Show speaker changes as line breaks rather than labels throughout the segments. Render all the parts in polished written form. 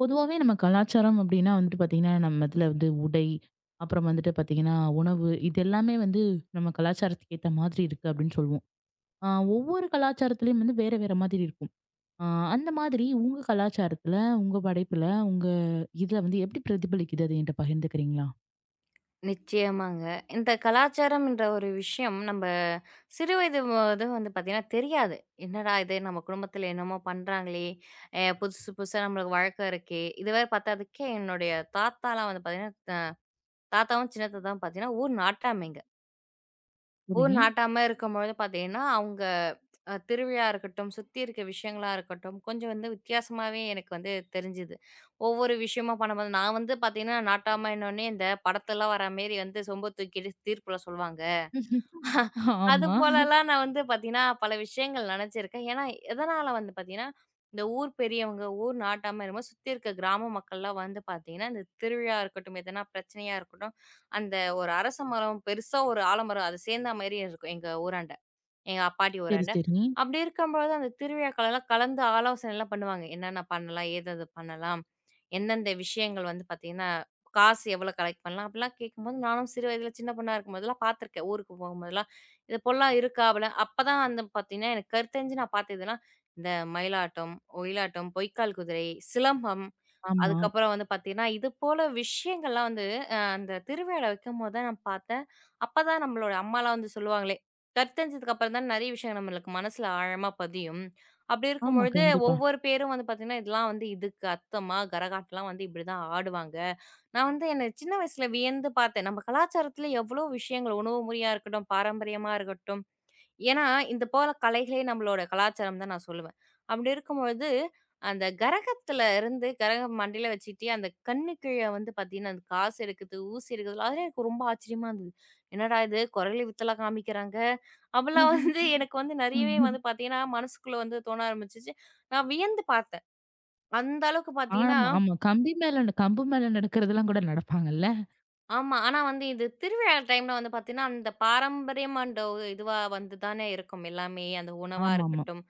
பொதுவாவே நம்ம கலாச்சாரம் அப்படின்னா வந்துட்டு பாத்தீங்கன்னா, நம்ம இதுல வந்து உடை, அப்புறம் வந்துட்டு பாத்தீங்கன்னா உணவு, இது எல்லாமே வந்து நம்ம கலாச்சாரத்துக்கு ஏத்த மாதிரி இருக்கு அப்படின்னு சொல்லுவோம். ஆ ஒவ்வொரு கலாச்சாரத்திலயும் வந்து வேற வேற மாதிரி இருக்கும். ஆ அந்த மாதிரி உங்க கலாச்சாரத்துல, உங்க படைப்புல, உங்க இதுல வந்து எப்படி பிரதிபலிக்குது? அத என்கிட்ட பகிர்ந்துக்கிறீங்களா?
நிச்சயமாங்க. இந்த கலாச்சாரம்ன்ற ஒரு விஷயம் நம்ப சிறு வயது போது வந்து பார்த்தீங்கன்னா தெரியாது. என்னடா இது நம்ம குடும்பத்தில என்னமோ பண்றாங்களே! புதுசு புதுசா நம்மளுக்கு வழக்கம் இருக்கே! இது வேற பத்தாததுக்கு என்னுடைய தாத்தாலாம் வந்து பார்த்தீங்கன்னா, தாத்தாவும், சின்ன தாத்தாவும் பார்த்தீங்கன்னா ஊர் நாட்டாமைங்க. ஊர்
சரி.
நாட்டாம இருக்கும்பொழுது பார்த்தீங்கன்னா, அவங்க திருவிழா இருக்கட்டும், சுத்தி இருக்க விஷயங்களா இருக்கட்டும், கொஞ்சம் வந்து வித்தியாசமாவே எனக்கு வந்து தெரிஞ்சுது. ஒவ்வொரு விஷயமா பண்ணும்போது நான் வந்து பார்த்தீங்கன்னா, நாட்டாமைன்னோனே இந்த படத்தெல்லாம் வர மாரி வந்து சொம்ப தூக்கிட்டு தீர்ப்புல சொல்வாங்க. அது
ஆமா.
போலலாம் நான் வந்து பார்த்தீங்கன்னா, பல விஷயங்கள் நெனச்சிருக்கேன். ஏன்னா, எதனால வந்து பார்த்தீங்கன்னா, இந்த ஊர் பெரியவங்க, ஊர் நாட்டாம என்னமோ சுத்தி இருக்க கிராம மக்கள்லாம் வந்து பார்த்தீங்கன்னா, இந்த திருவிழா இருக்கட்டும், எதனா பிரச்சனையா இருக்கட்டும், அந்த ஒரு அரச மரம் பெருசா ஒரு ஆலமரம் அது சேந்தா மாரியே இருக்கும் எங்க ஊராண்ட. எங்க அப்பாட்டி ஒரு
சரி,
அண்டை.
சரி.
அப்படி இருக்கும்போது அந்த திருவிழாக்கள்லாம் கலந்து ஆலோசனைலாம் பண்ணுவாங்க. என்னென்ன பண்ணலாம்? ஏதேது பண்ணலாம்? எந்தெந்த விஷயங்கள் வந்து பார்த்தீங்கன்னா, காசு எவ்வளோ கலெக்ட் பண்ணலாம்? அப்படிலாம் கேட்கும்போது நானும் சிறு வயதில சின்ன பொண்ணா இருக்கும்போதெல்லாம் பார்த்துருக்கேன். ஊருக்கு போகும்போதெல்லாம், "இது போலலாம் இருக்கா?" அப்படிலாம் அப்பதான் வந்து பார்த்தீங்கன்னா, எனக்கு கருத்தறிஞ்சு நான் பார்த்ததுலாம், இந்த மயிலாட்டம், ஒயிலாட்டம், பொய்க்கால் குதிரை, சிலம்பம்.
ஆமா.
அதுக்கப்புறம் வந்து பார்த்தீங்கன்னா, இது போல விஷயங்கள்லாம் வந்து அந்த திருவிழா வைக்கும்போது தான் நான் பார்த்தேன். அப்பதான் நம்மளோட அம்மாலாம் வந்து சொல்லுவாங்களே, கருத்தரிஞ்சதுக்கு அப்புறம் தான் நெறைய விஷயம் நம்மளுக்கு மனசுல ஆழமா பதியும். அப்படி
ஆமா,
இருக்கும்பொழுது
கண்டிப்பா.
ஒவ்வொரு பேரும் வந்து பார்த்தீங்கன்னா, இதெல்லாம் வந்து இதுக்கு அர்த்தமா, கரகாட்டம்லாம் வந்து இப்படிதான் ஆடுவாங்க. நான் வந்து என்ன சின்ன வயசுல வியந்து பார்த்தேன். நம்ம கலாச்சாரத்துல எவ்வளோ விஷயங்கள் உணவு முறையா இருக்கட்டும், பாரம்பரியமா இருக்கட்டும், ஏன்னா, இந்த போல கலைகளே நம்மளோட கலாச்சாரம் தான் நான் சொல்லுவேன். அப்படி இருக்கும்பொழுது, அந்த கரகத்துல இருந்து கரகம் மண்டையில வச்சுட்டு, அந்த கண்ணு கீழ வந்து பார்த்தீங்கன்னா, அந்த காசு இருக்குது, ஊசி இருக்குதுல அதெல்லாம் எனக்கு ரொம்ப ஆச்சரியமா இருந்தது. என்னடா இது கொரலி வித்தெல்லாம் காமிக்கிறாங்க. அப்பலாம் வந்து எனக்கு வந்து நெறையவே வந்து பார்த்தீங்கன்னா, மனசுக்குள்ள வந்து தோண ஆரம்பிச்சுச்சு. நான் வியந்து பார்த்தேன். அந்த அளவுக்கு பார்த்தீங்கன்னா
ஆமா, ஆமா. கம்பு மேல நடக்கிறதெல்லாம் கூட நடப்பாங்கல்ல.
ஆமா. ஆனா வந்து இது திருவிழா டைம்ல வந்து பார்த்தீங்கன்னா, அந்த பாரம்பரியம் அண்ட் இதுவா வந்து தானே இருக்கும் எல்லாமே. அந்த உணவா
ஆமாமா.
இருக்கட்டும்,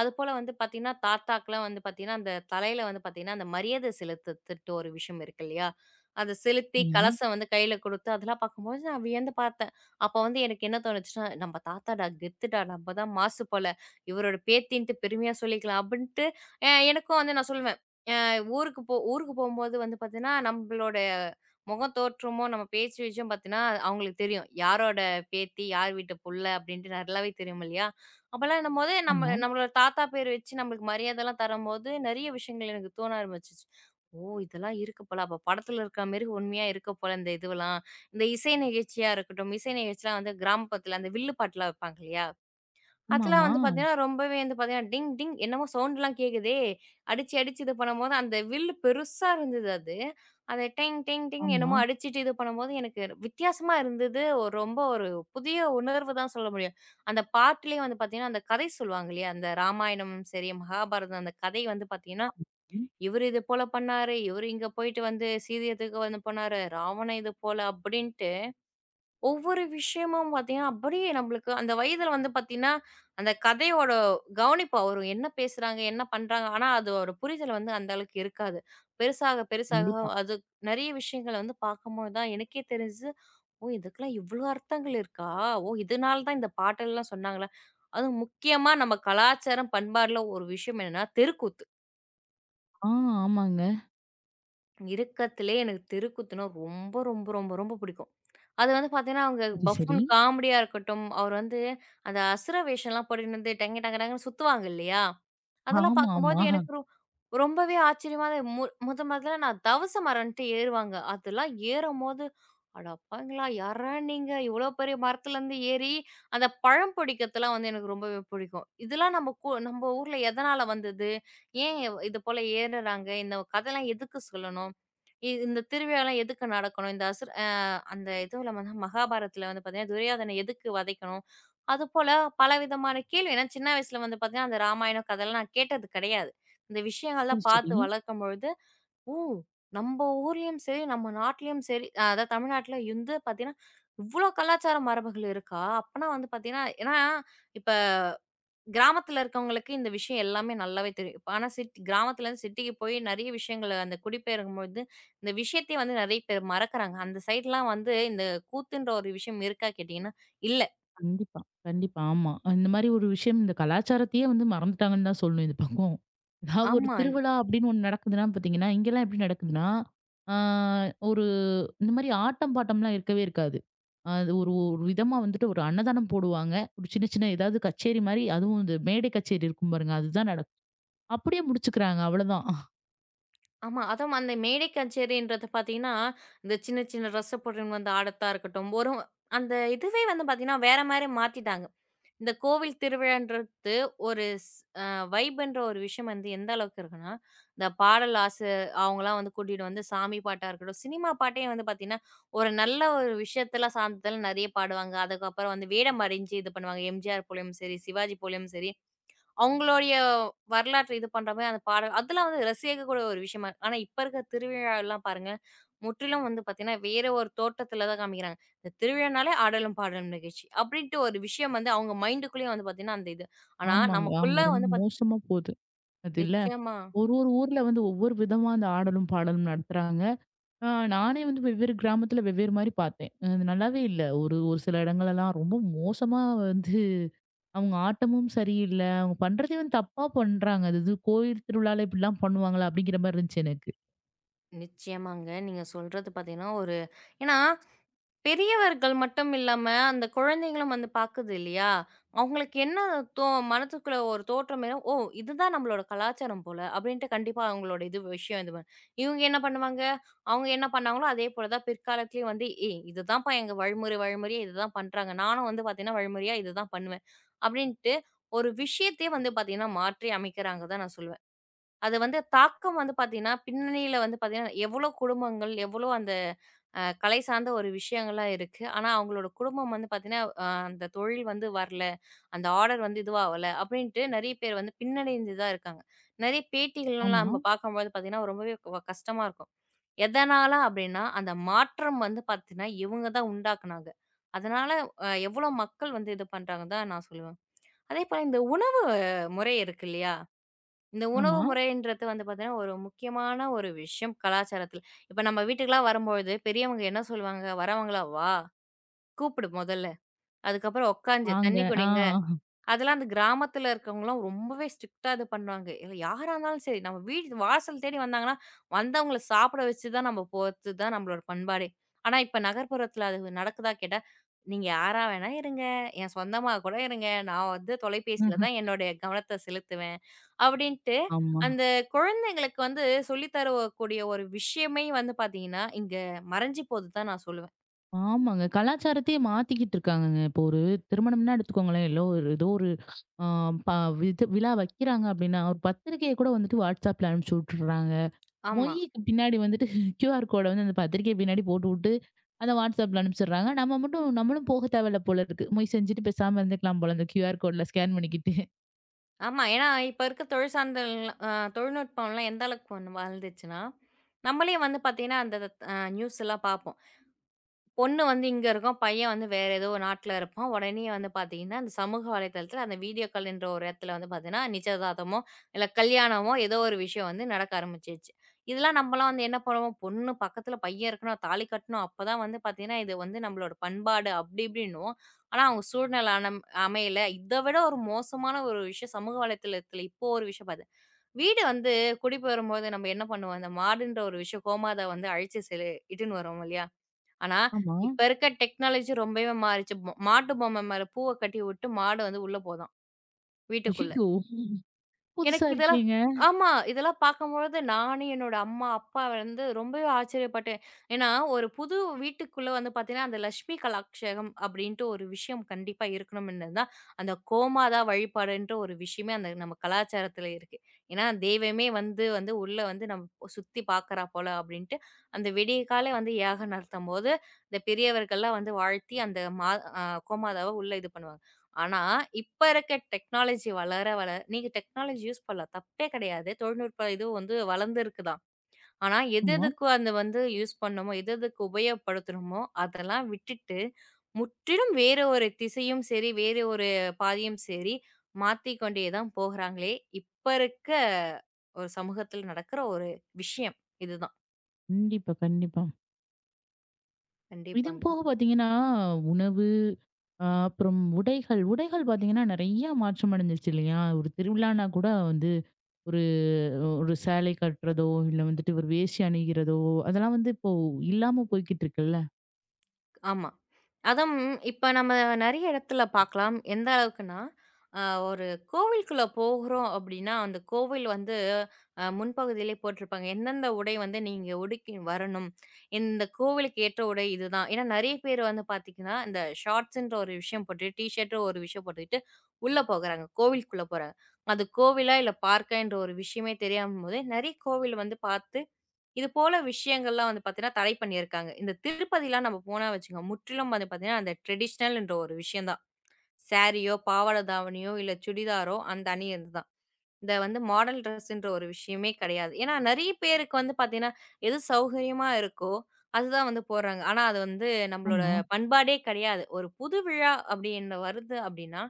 அதுபோல வந்து பார்த்தீங்கன்னா, தாத்தாக்கெல்லாம் வந்து பார்த்தீங்கன்னா, அந்த தலையில வந்து பார்த்தீங்கன்னா, அந்த மரியாதை செலுத்துறதுட்டு ஒரு விஷயம் இருக்கு இல்லையா? அத செலுத்தி
ஆமா.
கலசம் வந்து கையில குடுத்து அதெல்லாம் பார்க்கும்போது நான் வியந்து பார்த்தேன். அப்போ வந்து எனக்கு என்ன தோணுச்சுன்னா, "நம்ம தாத்தாடா, கெத்துடா, நம்ம தான் மாசு போல. இவரோட பேத்தின்ட்டு பெருமையா சொல்லிக்கலாம்." அப்படின்ட்டு எனக்கும் வந்து நான் சொல்லுவேன். அ ஊருக்கு போம்போது வந்து பார்த்தீங்கன்னா, நம்மளோட முகம் தோற்றமோ, நம்ம பேச்சு விஷயம் பார்த்தீங்கன்னா, அவங்களுக்கு தெரியும். யாரோட பேத்தி, யார் வீட்டு புள்ள அப்படின்ட்டு நல்லாவே தெரியும் இல்லையா? அப்பலாம் என்னும்போது, நம்ம
ஆமா.
நம்மளோட தாத்தா பேர் வச்சு நம்மளுக்கு மரியாதைலாம் தரும்போது, நெறைய விஷயங்கள் எனக்கு தோண ஆரம்பிச்சுச்சு. ஓ! இதெல்லாம் இருக்கு போல. அப்ப படத்துல இருக்கிற மாரி உண்மையா இருக்கு போல இந்த இதுவெல்லாம். இந்த இசை நிகழ்ச்சியா இருக்கட்டும், இசை நிகழ்ச்சிலாம் வந்து கிராமப்புறத்துல அந்த வில்லு பாட்டுலாம் வைப்பாங்க இல்லையா? அதெல்லாம்
ஆமாமா.
வந்து பார்த்தீங்கன்னா, ரொம்பவே வந்து பார்த்தீங்கன்னா, டிங் டிங் என்னமோ சவுண்ட்லாம் கேட்குதே! அடிச்சு, அடிச்சு இது பண்ணும்போது அந்த வில்லு பெருசா இருந்தது அது. அத டிங் டிங் டிங்
ஆமா.
என்னமோ அடிச்சுட்டு இது பண்ணும்போது எனக்கு வித்தியாசமா இருந்தது. ஒரு ரொம்ப ஒரு புதிய உணர்வு தான் சொல்ல முடியும். அந்த பாட்டுலேயே வந்து பார்த்தீங்கன்னா, அந்த கதை சொல்லுவாங்க இல்லையா? அந்த ராமாயணமும் சரி, மகாபாரதம் அந்த கதை வந்து பார்த்தீங்கன்னா,
ம்.
இவரு இது போல பண்ணாரு, இவரு இங்க போயிட்டு வந்து சீதைய தூக்க வந்து பண்ணாரு, ராவணன் இது போல அப்படின்ட்டு. ஒவ்வொரு விஷயமும் பார்த்தீங்கன்னா, அப்படியே நம்மளுக்கு அந்த வயதில வந்து பார்த்தீங்கன்னா, அந்த கதையோட கவனிப்பு வரும். என்ன பேசுறாங்க? என்ன பண்றாங்க? ஆனா, அது ஒரு புரிதல் வந்து அந்த அளவுக்கு இருக்காது. பெருசாக, பெருசாக
கண்டிப்பா.
அது நெறைய விஷயங்கள வந்து பார்க்கும்போது தான் எனக்கே தெரிஞ்சு, "ஓ! இதுக்கெல்லாம் இவ்ளோ அர்த்தங்கள் இருக்கா? ஓ! இதனால தான் இந்த பாட்டெல்லாம் சொன்னாங்களா?" அதுவும் முக்கியமா நம்ம கலாச்சாரம், பண்பாடுல ஒரு விஷயம் என்னன்னா, தெருக்கூத்து.
ஆ, ஆமாங்க.
இருக்கத்திலே எனக்கு தெருக்கூத்துனா ரொம்ப, ரொம்ப, ரொம்ப, ரொம்ப பிடிக்கும். அது வந்து பார்த்தீங்கன்னா, அவங்க
சரி, சரி.
பஃபூன் காமெடியா இருக்கட்டும், அவர் வந்து அந்த அசுர வேஷம்லாம் போட்டுட்டு வந்து டங்கு டங்கு டங்குன்னு சுத்துவாங்க இல்லையா? அதெல்லாம்
ஆமா, ஆமா.
பார்க்கும்போது எனக்கு ரொம்பவே ஆச்சரியமா தான் முதல் முதல்ல நான் தவச மரம்ன்ட்டு ஏறுவாங்க. அதெல்லாம் ஏறும்போது, அடப்பாவிங்களா! யார்ரா நீங்க? இவ்ளோ பெரிய மரத்துலருந்து ஏறி, அந்த பழம் பிடிக்கிறதெல்லாம் வந்து எனக்கு ரொம்பவே பிடிக்கும். இதெல்லாம் நம்ம ஊர்ல எதனால வந்தது? இது போல ஏறுறாங்க? இந்த கதைலாம் எதுக்கு சொல்லணும்? இந்த திருவிழாலாம் எதுக்கு நடக்கணும்? இந்த அசுர அ அந்த இதுல வந்து மகாபாரதத்துல வந்து பார்த்தீங்கன்னா, துரியோதன எதுக்கு வதைக்கணும்? அதுபோல பலவிதமான கேள்வி ஏன்னா சின்ன வயசுல வந்து பார்த்தீங்கன்னா, அந்த ராமாயணம் கதைலாம் நான் கேட்டது கிடையாது. இந்த
சரி,
விஷயங்கள்லாம் பார்த்து
சரி.
வளர்க்கும்பொழுது, ஓ! நம்ம ஊர்லயும் சரி, நம்ம நாட்டிலயும் சரி அதாவது தமிழ்நாட்ல இருந்து பார்த்தீங்கன்னா, இவ்ளோ கலாச்சார மரபுகள் இருக்கா? அப்பனா வந்து பார்த்தீங்கன்னா ஏன்னா இப்ப கிராமத்துல இருக்கவங்களுக்கு இந்த விஷயம் எல்லாமே நல்லாவே தெரியும். இப்ப ஆனா கிராமத்துலருந்து சிட்டிக்கு போய் நெறைய விஷயங்கள் அந்த குடிபெயரும்பொழுது, இந்த விஷயத்தையே வந்து நெறைய பேர் மறக்கறாங்க. அந்த சைட்லாம் வந்து இந்த கூத்துன்ற ஒரு விஷயம் இருக்கா கேட்டீங்கன்னா, இல்ல.
கண்டிப்பா, கண்டிப்பா. ஆமா. இந்த மாரி ஒரு விஷயம் இந்த கலாச்சாரத்தையே வந்து மறந்துட்டாங்கன்னு தான் சொல்லணும் இந்த பக்கம். ஏதாவது ஒரு
ஆமா,
திருவிழா அப்படின்னு ஒண்ணு நடக்குதுன்னா பார்த்தீங்கன்னா, இங்கெல்லாம் எப்படி நடக்குதுன்னா, ஆ ஒரு இந்த மாரி ஆட்டம் பாட்டம்லாம் இருக்கவே இருக்காது. அது ஒரு ஒரு விதமா வந்துட்டு ஒரு அன்னதானம் போடுவாங்க. ஒரு சின்ன சின்ன ஏதாவது கச்சேரி மாரி அதுவும் இந்த மேடை கச்சேரி இருக்கும் பாருங்க. அதுதான் நடக்கும். அப்படியே முடிச்சுக்கிறாங்க அவ்வளோதான்.
ஆமா. அதுவும் அந்த மேடை கச்சேரின்றது பார்த்தீங்கன்னா, இந்த சின்ன சின்ன ரச பொருள் வந்து ஆடத்தா இருக்கட்டும், ஒரு அந்த இதுவே வந்து பார்த்தீங்கன்னா, வேற மாரி மாத்திட்டாங்க. இந்த கோவில் திருவிழான்றது ஒரு அ வைப்ன்ற ஒரு விஷயம் வந்து எந்த அளவுக்கு இருக்குன்னா, இந்த பாடல் அவங்கலாம் வந்து கூட்டிட்டு வந்து சாமி பாட்டா இருக்கட்டும், சினிமா பாட்டே வந்து பார்த்தீங்கன்னா, ஒரு நல்ல ஒரு விஷயத்தலாம் சார்ந்ததெல்லாம் நெறைய பாடுவாங்க. அதுக்கப்புறம் வந்து வேடம் அணிஞ்சு இது பண்ணுவாங்க. எம்ஜிஆர் போலயும் சரி, சிவாஜி போலயும் சரி, அவங்களுடைய வரலாற்ற இது பண்ற மாரி அந்த பாடல் அதெல்லாம் வந்து ரசிக்கக்கூடிய ஒரு விஷயமா இருக்கு. ஆனா, இப்ப இருக்கிற திருவிழாலாம் பாருங்க, முற்றிலும் வந்து பார்த்தீங்கன்னா, வேற ஒரு தோற்றத்துல தான் காமிக்கிறாங்க. இந்த திருவிழானாலே ஆடலும் பாடலும் நிகழ்ச்சி. அப்படின்ட்டு ஒரு விஷயம் வந்து அவங்க மைண்டுக்குள்ளேயே வந்து பார்த்தீங்கன்னா, அந்த இது. ஆனா,
ஆமாங்க. ஆமா.
நமக்குள்ள
ரொம்ப
வந்து பாத்
மோசமா போகுது. அது இல்ல.
நிச்சயமா
ஒரு ஒரு ஊர்ல வந்து ஒவ்வொரு விதமா அந்த ஆடலும் பாடலும் நடத்துறாங்க. ஆ நானே வந்து வெவ்வேறு கிராமத்துல வெவ்வேறு மாரி பார்த்தேன். அது நல்லாவே இல்ல. ஒரு ஒரு சில இடங்கள்லாம் ரொம்ப மோசமா வந்து அவங்க ஆட்டமும் சரியில்ல. அவங்க பண்றதே வந்து தப்பா பண்றாங்க. அது இது கோயில் திருவிழால இப்படிலாம் பண்ணுவாங்களா? அப்படிங்கிற மாரி இருந்துச்சு எனக்கு.
நிச்சயமாங்க. நீங்க சொல்றது பார்த்தீங்கன்னா, ஒரு ஏன்னா பெரியவர்கள் மட்டும் இல்லாம, அந்த குழந்தைங்களும் வந்து பாக்குது இல்லையா? அவங்களுக்கு என்ன தோ மனதுக்குள்ள ஒரு தோற்றம் ஏதோ, "ஓ! இதுதான் நம்மளோட கலாச்சாரம் போல" அப்படின்ட்டு கண்டிப்பா அவங்களோட இது விஷயம் இது பண் இவங்க என்ன பண்ணுவாங்க, அவங்க என்ன பண்ணாங்களோ அதே போல தான் பிற்காலத்திலயும் வந்து, "ஏய்! இதுதான்ப்பா எங்க வழிமுறை வழிமுறையா இதுதான் பண்றாங்க. நானும் வந்து பாத்தீங்கன்னா, வழிமுறையா இதுதான் பண்ணுவேன்." அப்படின்ட்டு ஒரு விஷயத்தையே வந்து பாத்தீங்கன்னா, மாற்றி அமைக்கிறாங்க தான் நான் சொல்லுவேன். அது வந்து தாக்கம் வந்து பார்த்தீங்கன்னா, பின்னணியில வந்து பார்த்தீங்கன்னா, எவ்வளோ குடும்பங்கள், எவ்வளோ அந்த கலை சார்ந்த ஒரு விஷயங்கள்லாம் இருக்கு. ஆனா, அவங்களோட குடும்பம் வந்து பார்த்தீங்கன்னா, அந்த தொழில் வந்து வரல, அந்த ஆர்டர் வந்து இதுவாகல அப்படின்ட்டு நெறைய பேர் வந்து பின்னடைந்து தான் இருக்காங்க. நெறைய பேட்டிகள்லாம்
ஆமா,
நம்ம பார்க்கும்போது பார்த்தீங்கன்னா, ரொம்பவே கஷ்டமா இருக்கும். எதனால அப்படின்னா, அந்த மாற்றம் வந்து பார்த்தீங்கன்னா, இவங்க தான் உண்டாக்குனாங்க. அதனால எவ்வளோ மக்கள் வந்து இது பண்றாங்கன்னு தான் நான் சொல்லுவேன். அதேபோல இந்த உணவு முறை இருக்கு இல்லையா? இந்த உணவு
ஆமா.
முறைன்றது வந்து பார்த்தீங்கன்னா, ஒரு முக்கியமான ஒரு விஷயம் கலாச்சாரத்தில. இப்ப நம்ம வீட்டுக்கெல்லாம் வரும்பொழுது பெரியவங்க என்ன சொல்லுவாங்க? வரவங்கள "வா, கூப்பிடு மொதல்ல. அதுக்கப்புறம் உட்காந்து
நாங்க
தண்ணி
ஆ.
குடிங்க". அதெல்லாம் அந்த கிராமத்துல இருக்கவங்கலாம் ரொம்பவே ஸ்ட்ரிக்ட்டா இது பண்ணுவாங்க. இல்ல யாரா இருந்தாலும் சரி, நம்ம வீடு வாசல் தேடி வந்தாங்கன்னா, வந்தவங்கள சாப்பிட வச்சு தான் நம்ம போறது தான் நம்மளோட பண்பாடே. ஆனா, இப்ப நகர்ப்புறத்துல அது நடக்குதா கேட்டா, நீங்க யாரா வேணா இருங்க. என் சொந்தமா கூட இருங்க. நான் வந்து தொலைபேசியில தான் என்னுடைய கவனத்த செலுத்துவேன். அப்படின்ட்டு
ஆமா.
அந்த குழந்தைங்களுக்கு வந்து சொல்லி தரக்கூடிய ஒரு விஷயமே வந்து பார்த்தீங்கன்னா, இங்க மறைஞ்சு போகுது தான் நான் சொல்லுவேன்.
ஆமாங்க. கலாச்சாரத்தையே மாத்திக்கிட்டு இருக்காங்கங்க. இப்போ ஒரு திருமணம்னா எடுத்துக்கோங்களேன், இல்ல ஒரு ஏதோ ஒரு ஆ ப விது விழா வைக்கிறாங்க அப்டின்னா, ஒரு பத்திரிக்கைய கூட வந்துட்டு WhatsAppல அனுப்பிச்சு விட்டுர்றாங்க.
ஆமா,
மொய்க்கு பின்னாடி வந்துட்டு QR கோட வந்து அந்த பத்திரிக்கை பின்னாடி போட்டுவுட்டு, அத WhatsAppல அனுப்பிச்சுடுறாங்க. நம்ம மட்டும் நம்மளும் போக தேவையில்ல போல இருக்கு. மொய் செஞ்சுட்டு பேசாம இருந்துக்கலாம் போல அந்த QR கோட்ல ஸ்கேன் பண்ணிக்கிட்டு.
ஆமா. ஏன்னா, இப்ப இருக்க தொழில் சார்ந்தல்லாம் தொழில்நுட்பம்லாம் எந்த அளவுக்கு வந்து வளர்ந்துச்சுன்னா, நம்மளே வந்து பார்த்தீங்கன்னா, அந்த நியூஸ்லாம் பார்ப்போம். பொண்ணு வந்து இங்க இருக்கும். பையன் வந்து வேற ஏதோ ஒரு நாட்ல இருப்பான். உடனே வந்து பார்த்தீங்கன்னா, அந்த சமூக வலைதளத்துல அந்த வீடியோ கால் என்ற ஒரு இடத்துல வந்து பார்த்தீங்கன்னா, நிச்சயதார்த்தமோ, இல்ல கல்யாணமோ ஏதோ ஒரு விஷயம் வந்து நடக்க ஆரம்பிச்சுருச்சு. இதெல்லாம் நம்மலாம் வந்து என்ன பண்ணுவோம், பொண்ணு பக்கத்துல பையன் இருக்கணும், தாலி கட்டணும். அப்பதான் வந்து பார்த்தீங்கன்னா, இது வந்து நம்மளோட பண்பாடு அப்படி இப்படின்னுவோம். ஆனா, அவங்க சூழ்நிலை அமையல. இத விட ஒரு மோசமான ஒரு விஷயம் சமூக வலைதளத்துல இப்போ ஒரு விஷயம் பாத்தேன். வீடு வந்து குடி போரும்போது நம்ம என்ன பண்ணுவோம், அந்த மாடுன்ற ஒரு விஷயம் கோமாத வந்து அழிச்சு செ இட்டுன்னு வருவோம் இல்லையா? ஆனா,
ஆமா.
இப்ப இருக்க டெக்னாலஜி ரொம்பவே மாறிச்சு. மாட்டு பொம்மை மேல பூவ கட்டி விட்டு மாடு வந்து உள்ள போதாம், வீட்டுக்குள்ள.
ஐய்யய்யோ! புதுசா
எனக்கு இதெல்லாம்
இருக்கேங்க.
ஆமா. இதெல்லாம் பார்க்கும்பொழுது நானு, என்னோட அம்மா, அப்பா வந்து ரொம்பவே ஆச்சரியப்பட்டேன். ஏன்னா, ஒரு புது வீட்டுக்குள்ள வந்து பார்த்தீங்கன்னா, அந்த லட்சுமி கலாக்ஷேகம் அப்படின்ட்டு ஒரு விஷயம் கண்டிப்பா இருக்கணும்ன்னுதான், அந்த கோமாதா வழிபாடுன்ற ஒரு விஷயமே அந்த நம்ம கலாச்சாரத்துல இருக்கு. ஏன்னா, தெய்வமே வந்து வந்து உள்ள வந்து நம்ம சுத்தி பார்க்கறா போல அப்படின்ட்டு, அந்த விடியகாலை வந்து யாகம் நடத்தும்போது, இந்த பெரியவர்கள்லாம் வந்து வாழ்த்தி அந்த அ கோமாதாவ உள்ள இது பண்ணுவாங்க. ஆனா, இப்ப இருக்க டெக்னாலஜி வளர, வளர நீங்க டெக்னாலஜி யூஸ் பண்ணலாம். தப்பே கிடையாது. தொழில்நுட்ப இது வந்து வளர்ந்திருக்கு தான். ஆனா, எது
ஆமா.
எதுக்கு அந்த வந்து யூஸ் பண்ணணுமோ, எது எதுக்கு உபயோகப்படுத்தணுமோ, அதெல்லாம் விட்டுட்டு, முற்றிலும் வேற ஒரு திசையும் சரி, வேற ஒரு பாதையும் சரி, மாத்திக் கொண்டே தான் போகுறாங்களே, இப்ப இருக்க ஒரு சமூகத்துல நடக்கிற ஒரு விஷயம். இதுதான்.
கண்டிப்பா, கண்டிப்பா. இதுவும்
கண்டிப்பாங்க.
போக பார்த்தீங்கன்னா, உணவு, அப்புறம் உடைகள். உடைகள் பார்த்தீங்கன்னா, நெறைய மாற்றம் அடைஞ்சிருச்சு இல்லையா? ஒரு திருவிழான்னா கூட வந்து ஒரு ஒரு சேலை கட்டுறதோ, இல்ல வந்துட்டு ஒரு வேஷ்டி அணிகிறதோ, அதெல்லாம் வந்து இப்போ இல்லாம போய்க்கிட்டு இருக்குல்ல.
ஆமா. அதுவும் இப்ப நம்ம நெறைய இடத்துல பார்க்கலாம். எந்த அளவுக்குன்னா, அ ஒரு கோவிலுக்குள்ள போகுறோம் அப்டின்னா, அந்த கோவில் வந்து முன்பகுதியிலே போட்டிருப்பாங்க. எந்தெந்த உடை வந்து நீங்க உடுக்கி வரணும். இந்த கோவிலுக்கு ஏற்ற உடை இதுதான். ஏன்னா நெறைய பேர் வந்து பார்த்தீங்கன்னா, இந்த ஷார்ட்ஸ்ன்ற ஒரு விஷயம் போட்டுட்டு, டீ ஷர்ட் ஒரு விஷயம் போட்டுக்கிட்டு உள்ள போகுறாங்க. கோவிலுக்குள்ள போறாங்க. அது கோவிலா இல்ல பார்க்கான்ற ஒரு விஷயமே தெரியாம போது, நெறைய கோவில் வந்து பார்த்து இது போல விஷயங்கள்லாம் வந்து பார்த்தீங்கன்னா, தடை பண்ணியிருக்காங்க. இந்த திருப்பதிலாம் நம்ம போனா வச்சுக்கோங்க, முற்றிலும் வந்து பார்த்தீங்கன்னா, அந்த ட்ரெடிஷ்னல்ன்ற ஒரு விஷயம் தான். சாரியோ, பாவாடை தாவணியோ, இல்ல சுடிதாரோ அந்த அணியிறது இந்த வந்து மாடல் ட்ரெஸ்ன்ற ஒரு விஷயமே கிடையாது. ஏன்னா நெறைய பேருக்கு வந்து பார்த்தீங்கன்னா, எது சௌகரியமா இருக்கோ, அதுதான் வந்து போடுறாங்க. ஆனா அது வந்து நம்மளோட
ஆமா.
பண்பாடே கிடையாது. ஒரு புது விழா அப்படின்னு வருது அப்படின்னா,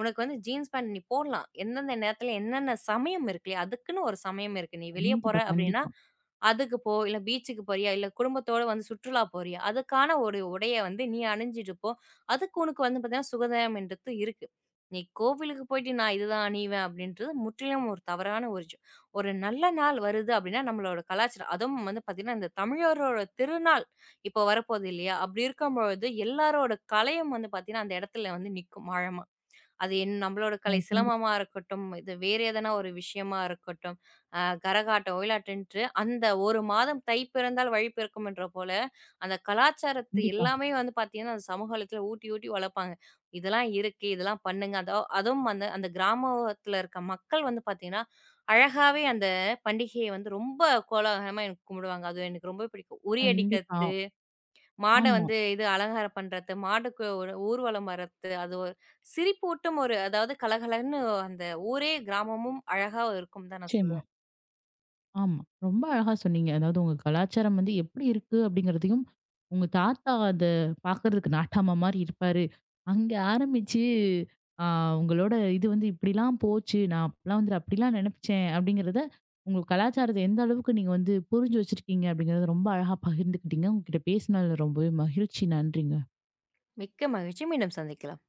உனக்கு வந்து ஜீன்ஸ் பேண்ட் நீ போடலாம். எந்தெந்த நேரத்துல என்னென்ன சமயம் இருக்கு இல்லையா? அதுக்குன்னு ஒரு சமயம் இருக்கு. நீ வெளிய போற
கண்டிப்பா,
அப்படின்னா,
கண்டிப்பா.
அதுக்கு போ. இல்ல பீச்சுக்கு போறியா? இல்ல குடும்பத்தோட வந்து சுற்றுலா போறியா? அதுக்கான ஒரு உடைய வந்து நீ அணிஞ்சிட்டு போ. அதுக்கு உனக்கு வந்து பார்த்தீங்கன்னா, சுகதாயம்ன்றது இருக்கு. நீ கோவிலுக்கு போயிட்டு நான் இதுதான் அணிவேன் அப்படின்றது முற்றிலும் ஒரு தவறான ஒரு விஷயம். ஒரு நல்ல நாள் வருது அப்படின்னா நம்மளோட கலாச்சாரம் அதுவும் வந்து பார்த்தீங்கன்னா இந்த தமிழரோட திருநாள் இப்போ வரப்போகுது இல்லையா அப்படி இருக்கும்பொழுது எல்லாரோட கலையும் வந்து பார்த்தீங்கன்னா அந்த இடத்துல வந்து நிற்கும் ஆழமா அது என் நம்மளோட கலை
ஓ!
சிலம்பமா இருக்கட்டும், இது வேற எதனா ஒரு விஷயமா இருக்கட்டும், கரகாட்டம், ஒயிலாட்டம்ன்ட்டு அந்த 1 மாதம் தை பிறந்தால் வழி பிறக்கும்ன்ற போல, அந்த கலாச்சாரத்தை
கண்டிப்பா,
எல்லாமே வந்து பார்த்தீங்கன்னா, அந்த சமூக வலைத்தளத்துல ஊட்டி, ஊட்டி வளர்ப்பாங்க. இதெல்லாம் இருக்கு, இதெல்லாம் பண்ணுங்க. அதோ அதுவும் அந்த அந்த கிராமத்துல இருக்க மக்கள் வந்து பார்த்தீங்கன்னா, அழகாவே அந்த பண்டிகையை வந்து ரொம்ப கோலாகலமா எனக்கு கும்பிடுவாங்க. அது எனக்கு ரொம்ப பிடிக்கும்.
கண்டிப்பா.
உறியடிக்கிறது மாட
ஆமா.
வந்து இது அலங்காரம் பண்றது, மாடுக்கு ஒரு ஊர்வலம் வர்றது, அது ஒரு சிரிப்பூட்டும் ஒரு அதாவது கலகலன்னு அந்த ஊரே கிராமமும் அழகா இருக்கும்னு தான் நான்
நிச்சயமா.
சொல்லுவேன்.
ஆமா. ரொம்ப அழகா சொன்னீங்க. அதாவது உங்க கலாச்சாரம் வந்து எப்படி இருக்கு அப்படிங்கிறதையும், உங்க தாத்தா அத பாக்குறதுக்கு நாட்டாமா மாரி இருப்பாரு. அங்க ஆரம்பிச்சு, ஆ உங்களோட இது வந்து இப்படிலாம் போச்சு. நான் அப்பலாம் வந்து அப்படிலாம் நெனச்சேன் அப்படிங்கிறத, உங்க கலாச்சாரத்த எந்த அளவுக்கு நீங்க வந்து புரிஞ்சு வச்சிருக்கீங்க அப்படிங்கிறத ரொம்ப அழகா பகிர்ந்துக்கிட்டீங்க. உங்ககிட்ட பேசினதுல ரொம்பவே மகிழ்ச்சி. நன்றிங்க.
மிக்க மகிழ்ச்சி. மீண்டும் சந்திக்கலாம்.